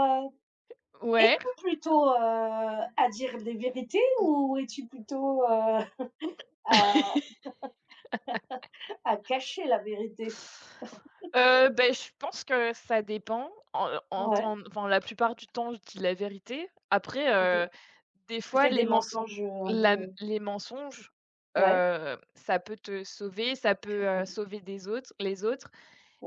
Heu, Ouais. Es-tu plutôt, à dire les vérités ou es-tu plutôt, à à cacher la vérité? Beh, je pense que ça dépend. En en Ouais, temps Enfin, la plupart du temps, je dis la vérité. Après, heu, OK. des Tu fois, fais des les menç mensonges, un peu, la m les mensonges, ouais, ça peut te sauver, ça peut, sauver des autres les autres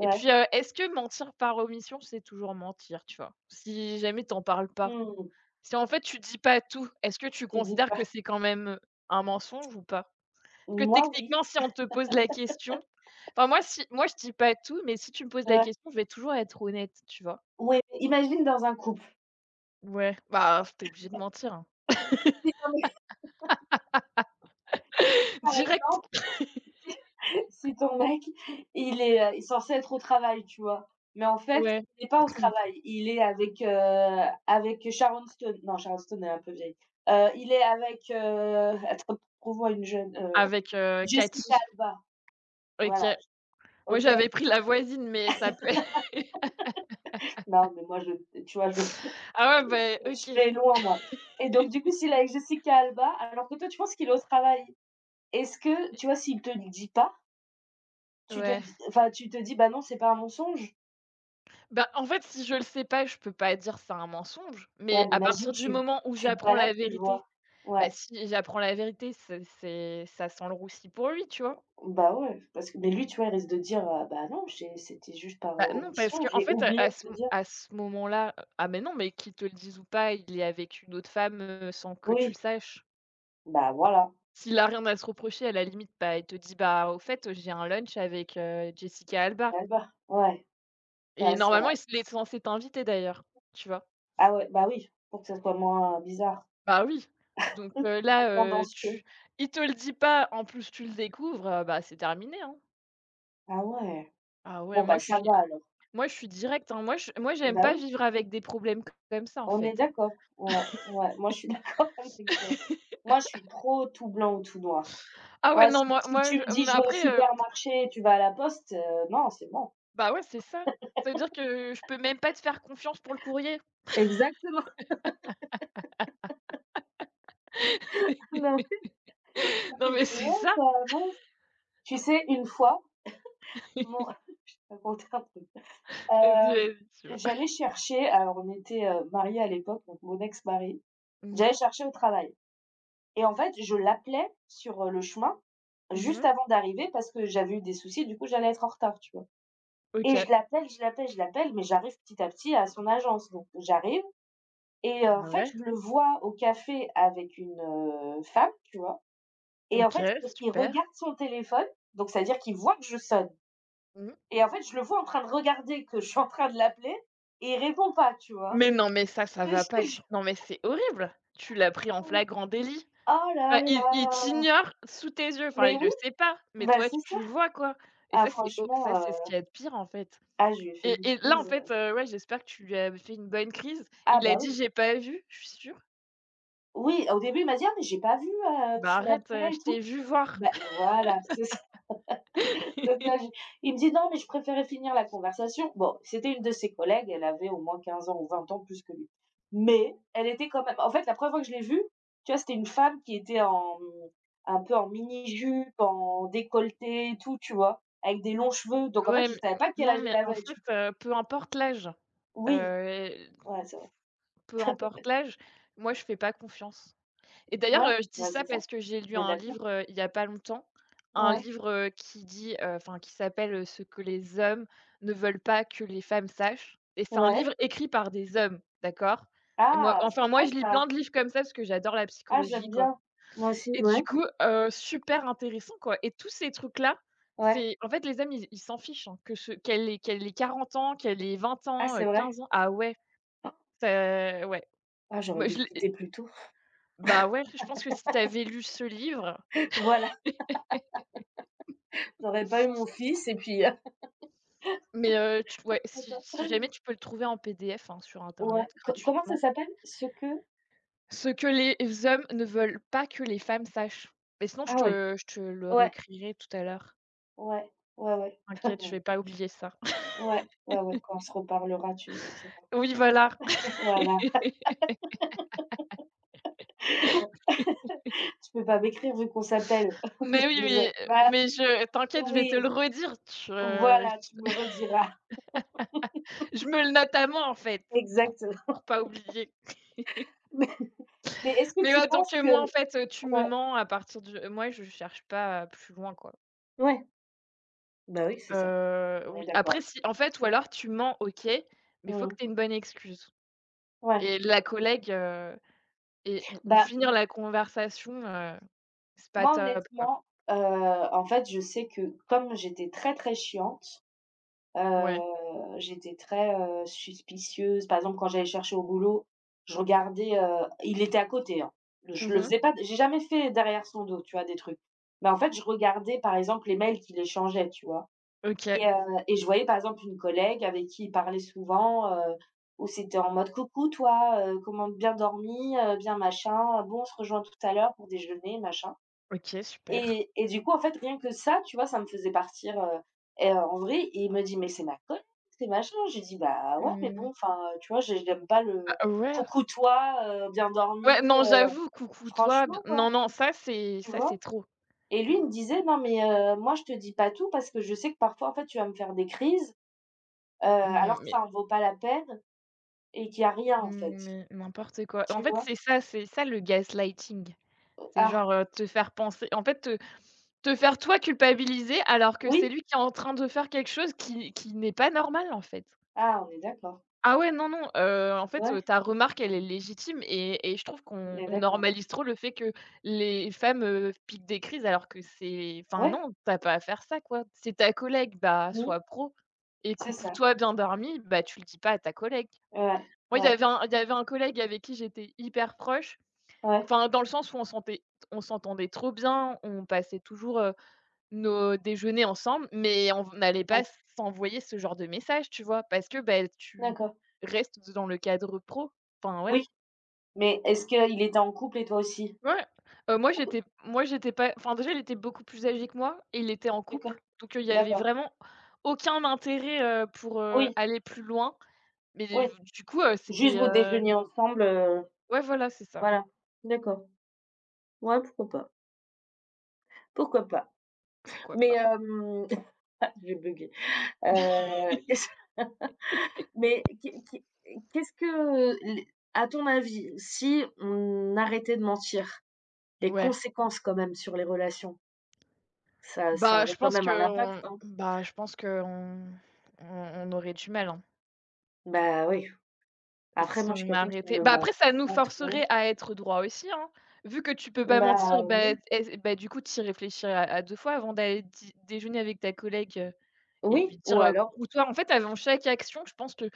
et puis, est-ce que mentir par omission, c'est toujours mentir, tu vois? Si jamais tu en parles pas. Mmh. Si, en fait, tu dis pas tout, est-ce que tu Tu dis considères pas. que c'est quand même, un mensonge ou pas? Parce que Moi oui, techniquement, si on te pose la question. Enfin, moi si moi je dis pas tout, mais si tu me poses la ouais. question, je vais toujours être honnête, tu vois? Ouais, imagine dans un couple. Ouais. Bah, t'es obligé de mentir, hein. Non, mais par Direct, exemple, si ton mec, il est censé être au travail, tu vois? Mais en fait, ouais, il est pas au travail, il est avec Sharon Stone. Non, Sharon Stone, elle est un peu vieille. Il est avec, attends, trouve-moi une jeune, avec, Jessica Cathy. Alba, OK. voilà, Moi OK? j'avais pris la voisine, mais ça peut être- Non, mais moi, je tu vois, je ah ouais, bah, OK. je vais loin, moi. Et donc du coup, s'il est avec Jessica Alba, alors que toi, tu penses qu'il est au travail, est-ce que, tu vois, s'il te le dit pas, Ouais. Tu te dis: «Bah non, c'est pas un mensonge»? Bah, en fait, si je le sais pas, je peux pas dire c'est un mensonge, Ouais, mais mais à imagine, partir du tu moment où tu te j'apprends balades, la tu le vois. vérité, bah, Ouais. si j'apprends la vérité, c'est ça sent le roussi pour lui, tu vois? Bah, ouais, parce que mais lui, tu vois, il risque de dire, «Bah, non, j'ai c'était juste par, Bah, non, parce omission, que en j'ai fait, oublié à ce de te dire». à ce moment-là, ah, mais non, mais qu'il te le dise ou pas, il est avec une autre femme, sans que tu Oui, le saches. bah, voilà, S'il a rien à se reprocher, à la limite, bah, il te dit: «Bah, au fait, j'ai un lunch avec, Jessica Alba» là-bas. Ouais, et ouais, c'est normalement, vrai. Il est censé t'inviter d'ailleurs, tu vois? Ah ouais, bah, oui, pour que ça soit moins bizarre, Bah, oui, donc moins là, tendancieux. tu il te le dit pas, en plus tu le découvres, bah, c'est terminé, hein. Ah ouais. Ah ouais, Bon, moi bah, je ça suis va alors. moi je suis directe, hein. Moi j'aime Bah, pas oui, vivre avec des problèmes comme ça, en on est fait, hein. d'accord. Ouais, ouais, moi, je suis d'accord avec toi. Moi, je suis trop tout blanc ou tout noir. Ah ouais, Moi, non, si moi si moi tu me je dis: mais «Je vais au après, supermarché» et tu vas à la poste, non, c'est bon. bah, ouais, c'est ça. Ça veut dire que je peux même pas te faire confiance pour le courrier. Exactement. Non, Non, mais c'est ouais, ça. tu as avance. Tu sais, une fois mon raconter un truc. Vas-y, Hem, vas-y, tu vois? j'allais chercher, alors on était, mariés à l'époque, donc mon ex-mari. J'allais Mhm. chercher au travail et en fait, je l'appelais sur, le chemin, juste Mhm. avant d'arriver parce que j'avais eu des soucis, du coup, j'allais être en retard, tu vois? Et OK. je l'appelle, je l'appelle, je l'appelle, mais j'arrive petit à petit à son agence. Donc j'arrive et, en Bah, fait, ouais. je le vois au café avec une, femme, tu vois? Et en fait, OK, il super. regarde son téléphone, donc cest à dire qu'il voit que je sonne. Mmh. Et en fait, je le vois en train de regarder que je suis en train de l'appeler et il répond pas, tu vois? Mais non, mais ça, ça Et va je pas te du jure. non, mais c'est horrible. Tu l'as pris en flagrant délit. Oh là Bah, il là! t'ignore sous tes yeux. Enfin, Mais il le oui, sait pas, mais bah, toi, c'est ça. tu vois, quoi. Et Ah ça, c'est ho franchement, ça, c'est ce qu'il y a de pire, en fait. ah, je lui ai fait Et une et là, en crise, fait, ouais, j'espère que tu lui as fait une bonne crise. ah Il a bah, dit: oui. «J'ai pas vu», je suis sûre. Oui, au début, il m'a dit: «Ah mais j'ai pas vu, que Bah, tu arrête, m'appelais et je t'ai tout». vu voir. Bah, voilà, c'est ça. Donc là, je il me dit: «Non, mais je préférais finir la conversation». Bon, c'était une de ses collègues, elle avait au moins 15 ans ou 20 ans plus que lui. Mais elle était quand même, en fait, la première fois que je l'ai vue, tu vois, c'était une femme qui était en, un peu en mini-jupe, en décolleté et tout, tu vois? Avec des longs cheveux. Donc en fait, Ouais, je mais savais pas quel non, âge mais elle en avait, fait, tu oui, heu, ouais, c'est vrai. peu importe l'âge, moi, je fais pas confiance et d'ailleurs, Ouais, je dis bah, ça c'est ça. parce que j'ai lu On est un d'accord. livre, il y a pas longtemps, un Ouais, livre, enfin, qui s'appelle, «Ce que les hommes ne veulent pas que les femmes sachent» et c'est un ouais. livre écrit par des hommes, d'accord? Et moi Ah, Enfin, moi, sympa je lis ça. plein de livres comme ça parce que j'adore la Ah, psychologie, j'aime quoi. bien. Moi aussi, Et ouais, du coup, super intéressant, quoi et tous ces trucs-là, ouais. c'est en fait, les hommes, ils s'en fichent, hein, que ce qu'elle ait 40 ans, qu'elle ait vingt Ah, ans, c'est vrai. 15 ans. Ah ouais, c'est ouais. Ah, j'aurais Moi, dû je le l'ai et quitter plus tôt. bah, ouais, je pense que si tu avais lu ce livre Voilà. J'aurais pas eu mon fils et puis mais tu ouais, si jamais tu peux le trouver en PDF, hein, sur ouais. internet Co Comment ça gratuitement. s'appelle? Ce que Ce que les hommes ne veulent pas que les femmes sachent mais sinon je Ah, ouais, te je te le ouais, réécrirai tout à l'heure. ouais, ouais, ouais. T'inquiète, je vais pas oublier ça. Ouais, ouais, ouais, quand on se reparlera, tu me diras. Oui, voilà. Voilà, tu peux pas m'écrire vu qu'on s'appelle. On Mais est oui, des a mais Bah, mais je t'inquiète, je vais oui, te le redire, voilà, tu me rediras. je me le note à moi, en fait, pour Exactement. pour pas oublier. Mais mais est-ce que Mais tu ouais, penses donc que moi, en fait, tu me ouais, mens à partir du moi, je cherche pas plus loin, quoi. ouais, bah, oui, c'est ça. On est Oui, après d'accord. si en fait, ou alors tu mens, OK, mais faut que Mmh. tu aies une bonne excuse Ouais. et la collègue, et ou Bah, finir la conversation, c'est pas moi top, quoi. honnêtement, en fait, je sais que comme j'étais très, très chiante. Ouais. J'étais très, suspicieuse. Par exemple, quand j'allais chercher au boulot, je regardais, il était à côté, hein. Je le Mmh. faisais pas, j'ai jamais fait derrière son dos, tu vois, des trucs. Mais en fait, je regardais, par exemple, les mails qu'il échangeait, tu vois? OK. Et heu et je voyais, par exemple, une collègue avec qui il parlait souvent, où c'était en mode: «Coucou toi, comment bien dormi, bien machin, bon on se rejoint tout à l'heure pour déjeuner», machin. OK, super. Et du coup, en fait, rien que ça, tu vois, ça me faisait partir, et, en vrai, il me dit: «Mais c'est ma collègue, c'est machin». J'ai dit: «Bah, ouais, mais Mmh. bon, enfin, tu vois, j'aime pas le Bah ouais. coucou-toi, bien Ouais, dormi, non, heu, j'avoue, coucou toi, b franchement, quoi». non, non, ça c'est Tu ça c'est vois? trop. Et lui, il me disait: «Non, mais moi, je te dis pas tout parce que je sais que parfois, en fait, tu vas me faire des crises, Non, alors que mais ça en vaut pas la peine et qu'il y a rien, en fait». mais n'importe quoi. En Tu fait, vois? C'est ça le gaslighting. C'est Ah, genre, te faire penser en fait, te faire toi culpabiliser alors que c'est oui? lui qui est en train de faire quelque chose qui n'est pas normal, en fait. Ah, on est d'accord. Ah ouais, non, non, en fait, Ouais, ta remarque, elle est légitime et je trouve on qu'on est on d'accord. normalise trop le fait que les femmes, piquent des crises alors que c'est enfin, Ouais, non, t'as pas à faire ça, quoi. C'est ta collègue, bah, oui, sois pro et c'est coucou ça. toi, bien dormi, bah, tu le dis pas à ta collègue. Ouais, Moi, il y ouais, avait un il y avait un collègue avec qui j'étais hyper proche, ouais, enfin, dans le sens où on s'entendait trop bien, on passait toujours, nos déjeuners ensemble, mais on n'allait pas ouais, s'envoyer ce genre de messages, tu vois? Parce que, bah, tu d'accord. restes dans le cadre pro. Enfin, ouais. Oui, mais est-ce qu'il était en couple et toi aussi? Ouais, O moi j'étais pas enfin, déjà, il était beaucoup plus âgé que moi et il était en D'accord, couple, donc, il y avait d'accord. vraiment aucun intérêt, pour, Oui, aller plus loin, mais oui, du coup, juste c'était, vous déjeuniez ensemble, ouais, voilà, c'est ça. voilà. D'accord. Ouais, pourquoi pas, pourquoi pas. Pourquoi Mais pas? J'ai buggé. Heu, mais qu'est-ce que, à ton avis, si on arrêtait de mentir, les Ouais. conséquences quand même sur les relations, ça aurait quand même un impact, hein? Bah, je pense qu'on on on aurait du mal, hein. Bah oui. Après Si moi je suis on quelqu'un qui arrêtait ne Bah, ment après ça nous pas trop. forcerait à être droit aussi, hein. Vu que tu peux pas mentir, Bah bah, oui, et bah, du coup, tu y réfléchirais à 2 fois avant d'aller dî déjeuner avec ta collègue, et lui oui, direou alors… «Coucou-toi». En fait, avant chaque action, je pense que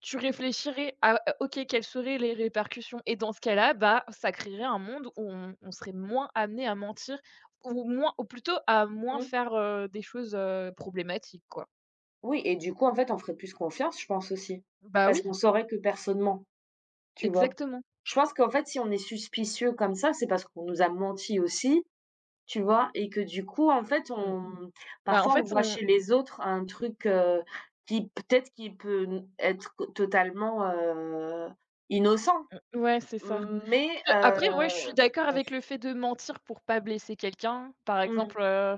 tu réfléchirais à OK, quelles seraient les répercussions? Et dans ce cas-là, bah, ça créerait un monde où on serait moins amené à mentir ou plutôt à moins Mmh. faire, des choses, problématiques, quoi. Oui et du coup, en fait, on ferait plus confiance, je pense aussi. Bah, Parce oui, qu'on saurait que personne ment, tu vois? exactement. Je pense qu'en fait, si on est suspicieux comme ça, c'est parce qu'on nous a menti aussi, tu vois? Et que du coup, en fait, Mmh, on bah, en parfois, on fait, voit chez les autres un truc, qui peut-être qui peut n être co totalement, innocent, on ouais, c'est ça. mais Après, moi, je suis d'accord Ouf. avec le fait de mentir pour pas blesser quelqu'un. Par Mmh, exemple,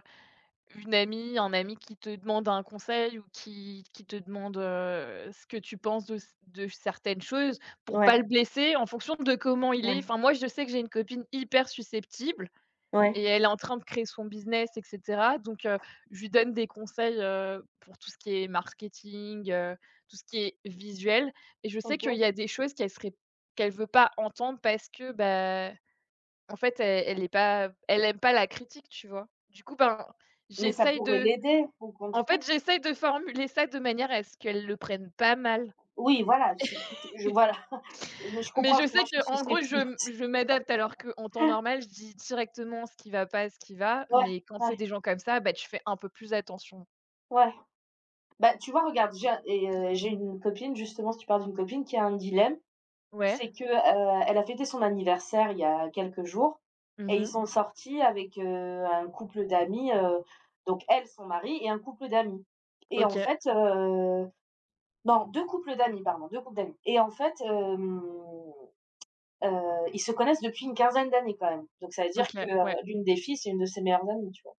un ami qui te demande un conseil ou qui te demande, ce que tu penses de certaines choses pour pas le ouais, blesser en fonction de comment il est. ouais, Enfin, moi, je sais que j'ai une copine hyper susceptible ouais, et elle est en train de créer son business et cetera. Donc, je lui donne des conseils, pour tout ce qui est marketing, tout ce qui est visuel et je sais OK. qu'il y a des choses qu'elle veut pas entendre parce que, bah en fait, elle aime pas la critique, tu vois? Du coup, ben, Mais ça j'essaye pourrait de l'aider, au en contraire. fait, j'essaye de formuler ça de manière à ce qu'elles le prennent pas mal. Oui, voilà, tu tu je voilà, mais je Mais comprends je parce que moi, sais je suis qu'en gros, susceptible. Je m'adapte alors qu'en temps normal, je dis directement ce qui va pas, ce qui va, Ouais, mais quand c'est ouais, des gens comme ça, bah, tu fais un peu plus attention. ouais. Bah, tu vois, regarde, j'ai un et j'ai une copine, justement, si tu parles d'une copine qui a un dilemme, Ouais. c'est que, elle a fêté son anniversaire il y a quelques jours Mmh et ils mh. sont sortis avec, un couple d'amis, donc elle, son mari et un couple d'amis et en OK, fait, non, 2 couples d'amis, pardon, 2 couples d'amis et en fait, hem ils se connaissent depuis une quinzaine d'années quand même. Donc ça veut dire que, OK, ouais. l'une des filles, c'est une de ses meilleures amies, tu vois?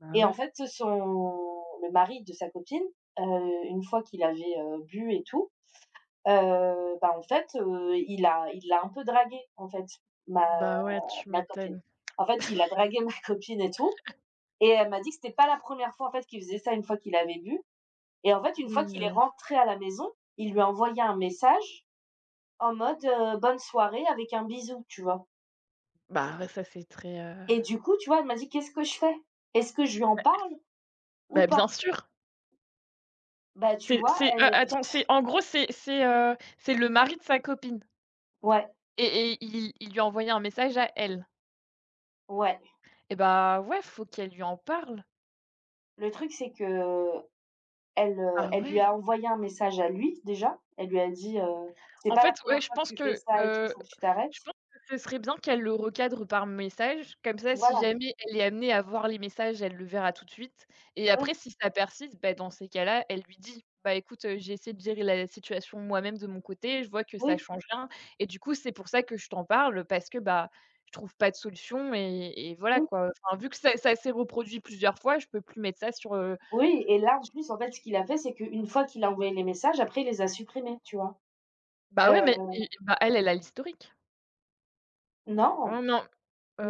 Bah, Et en ouais. fait, son le mari de sa copine, heu, une fois qu'il avait, bu et tout, bah, en fait, il l'a un peu draguée, en fait, ma Bah, ouais, tu ma copine. m'étonnes. En fait, il a dragué ma copine et tout et elle m'a dit que c'était pas la première fois, en fait, qu'il faisait ça une fois qu'il avait bu et en fait, une fois qu'il est Mmh. rentré à la maison, il lui a envoyé un message en mode, «Bonne soirée» avec un bisou, tu vois? Bah, ouais, ça, c'est très, Et du coup, tu vois, elle m'a dit: «Qu'est-ce que je fais? Est-ce que je lui en parle ou bah, bien pas?» sûr. Bah, tu C'est vois, c'est a elle, attends, c'est en gros, c'est le mari de sa copine. ouais, Et et il lui a envoyé un message à elle. ouais. Et bah, ouais, faut qu'elle lui en parle. Le truc, c'est qu'elle, Ah elle lui ouais? a envoyé un message à lui déjà. Elle lui a dit, «C'est En pas fait, la ouais, première je fois que pense tu fais que, ça et tout, heu, faut que tu je t'arrêtes». pense que ce serait bien qu'elle le recadre par message. Comme ça, si Voilà, jamais elle est amenée à voir les messages, elle le verra tout de suite et oui, après si ça persiste, bah, dans ces cas-là, elle lui dit: «Bah, écoute, j'ai essayé de gérer la situation moi-même de mon côté, je vois que ça oui, change rien et du coup, c'est pour ça que je t'en parle parce que, bah, je trouve pas de solution et voilà mmh, quoi. Enfin, vu que ça s'est reproduit plusieurs fois, je peux plus mettre ça sur, oui et là, en plus, en fait, ce qu'il a fait, c'est qu'une fois qu'il a envoyé les messages, après, il les a supprimés, tu vois? Bah, Heu, ouais, mais et bah, elle, elle a l'historique. non, Oh non,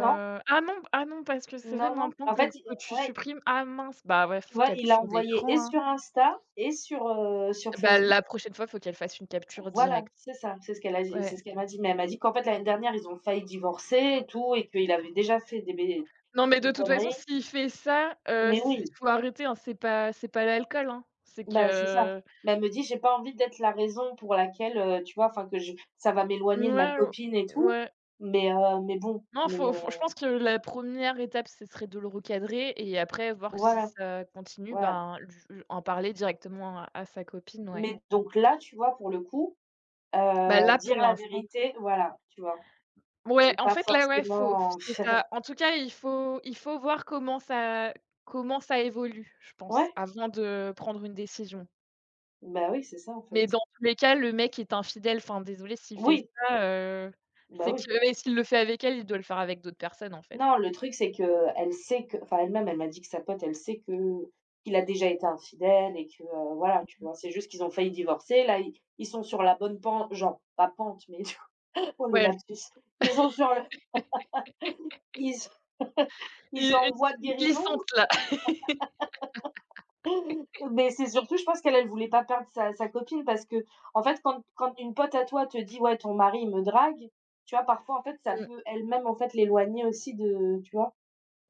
non, ah non, ah non, parce que c'est vrai non, non. maintenant En que fait, il que tu ouais, supprimes, ah mince, bah, ouais, tu f vois, il a capture envoyé d'écran, et hein. sur Insta et sur Bah, Facebook. la prochaine fois, faut qu'elle fasse une capture Voilà, directe. c'est ça, Ouais. c'est ce qu'elle m'a dit, mais elle m'a dit qu'en fait, l'année dernière, ils ont failli divorcer et tout et qu'il avait déjà fait des bé Non, mais des de toute façon, conneries. s'il fait ça, Mais c il oui, faut arrêter, hein, c'est pas l'alcool, hein. C'est bah, c'est ça. que Mais elle me dit: «J'ai pas envie d'être la raison pour laquelle, tu vois? Enfin, que je ça va m'éloigner de ma Ouais, copine et tout». ouais. Mais bon, Non, faut je pense que la première étape, ce serait de le recadrer et après voir si voilà, ça continue, voilà. ben, lui en parler directement à sa copine, ouais. Mais donc là, tu vois, pour le coup, Bah, là, dire pour la l'instant vérité, voilà, tu vois? ouais, C'est en pas fait, là, ouais, faut forcément c'est ça. En tout cas, il faut voir comment ça évolue, je ouais, pense, avant de prendre une décision. bah, oui, c'est ça, en fait. Mais dans tous les cas, le mec est infidèle. Enfin, désolé s'il fait Oui, ça, bah, c'est oui. que et s'il le fait avec elle, il doit le faire avec d'autres personnes, en fait. Non, le truc c'est qu'elle sait que, enfin, elle-même, elle m'a dit que sa pote, elle sait que qu'il a déjà été infidèle et que, voilà, tu vois? C'est juste qu'ils ont failli divorcer, là, ils sont sur la bonne pente, genre, pas pente, mais oh, le Ouais, lapsus. Ils sont sur le ils s Ils une sont en voie de une guérison, glissante, là. mais c'est surtout, je pense qu'elle, elle voulait pas perdre sa copine parce que, en fait, quand une pote à toi te dit: «Ouais, ton mari, il me drague», tu vois? Parfois, en fait, ça Mmh. peut elle-même, en fait, l'éloigner aussi de tu vois?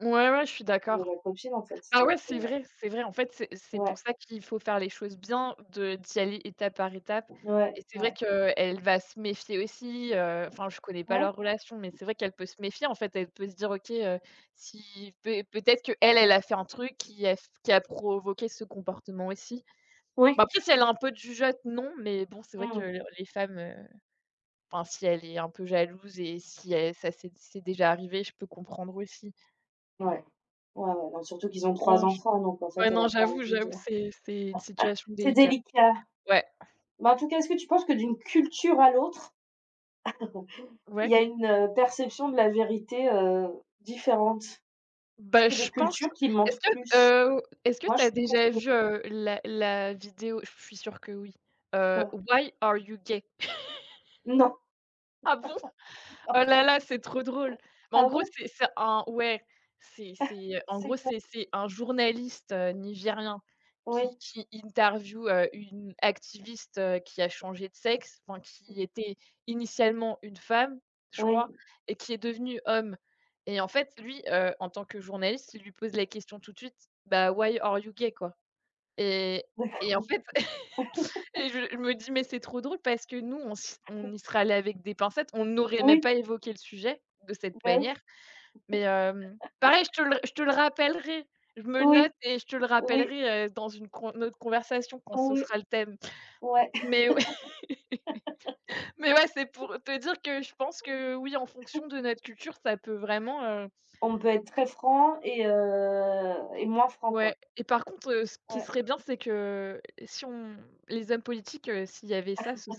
Ouais, ouais, je suis De d'accord. la copine, en fait, Ah ouais, donc c'est vrai, c'est vrai. En fait, c'est pour ouais, ça qu'il faut faire les choses bien, de d'y aller étape par étape ouais, et c'est vrai ouais. qu'elle va se méfier aussi, enfin, je connais pas Ouais? leur relation, mais c'est vrai qu'elle peut se méfier, en fait. Elle peut se dire: «OK, si peut peut-être que elle elle a fait un truc qui a provoqué ce comportement aussi». Ouais. Bah, après, si elle a un peu de jugeote, non, mais bon, c'est vrai que Mmh. le les femmes, enfin, si elle est un peu jalouse et si elle ça c'est déjà arrivé, je peux comprendre aussi. Ouais, ouais, ouais, non, surtout qu'ils ont 3 Non, j enfants, donc en fait, ouais, elle non, a pas j'avoue, envie de j'avoue, c'est une situation c'est délicate. délicat. Ouais, Mais en tout cas, est-ce que tu penses que d'une culture à l'autre, il y ouais. a une, perception de la vérité, différente? Est-ce Bah, qu'il y a je des pense cultures qui est-ce mentent que, plus? est-ce que Moi, tu je as trouve déjà vu, la vidéo je suis sûre que oui, que Why are you gay? non. Ah bon? Oh là là, c'est trop drôle. Mais en Ah gros, bon? c'est un ouais, c'est, en C'est gros, quoi? C'est un journaliste, nigérien Oui, qui interviewe, une activiste, qui a changé de sexe, enfin qui était initialement une femme, je oui, crois, et qui est devenue homme. Et en fait, lui, en tant que journaliste, il lui pose la question tout de suite: «Bah, why are you gay?» quoi. Et et d'accord. en fait je me dis: «Mais c'est trop drôle» parce que nous, on y serait allé avec des pincettes, on n'aurait même Oui, pas évoqué le sujet de cette bah, manière, oui. mais pareil, je te le rappellerai. Je me le Oui, note et je te le oui, rappellerai, dans une con autre conversation quand ce oui, sera le thème. ouais. Mais ouais mais ouais, c'est pour te dire que je pense que oui, en fonction de notre culture, ça peut vraiment, On peut être très franc et moins franc, quoi. ouais et par contre, ce qui Ouais. serait bien, c'est que si on les hommes politiques, s'il y avait ça, ce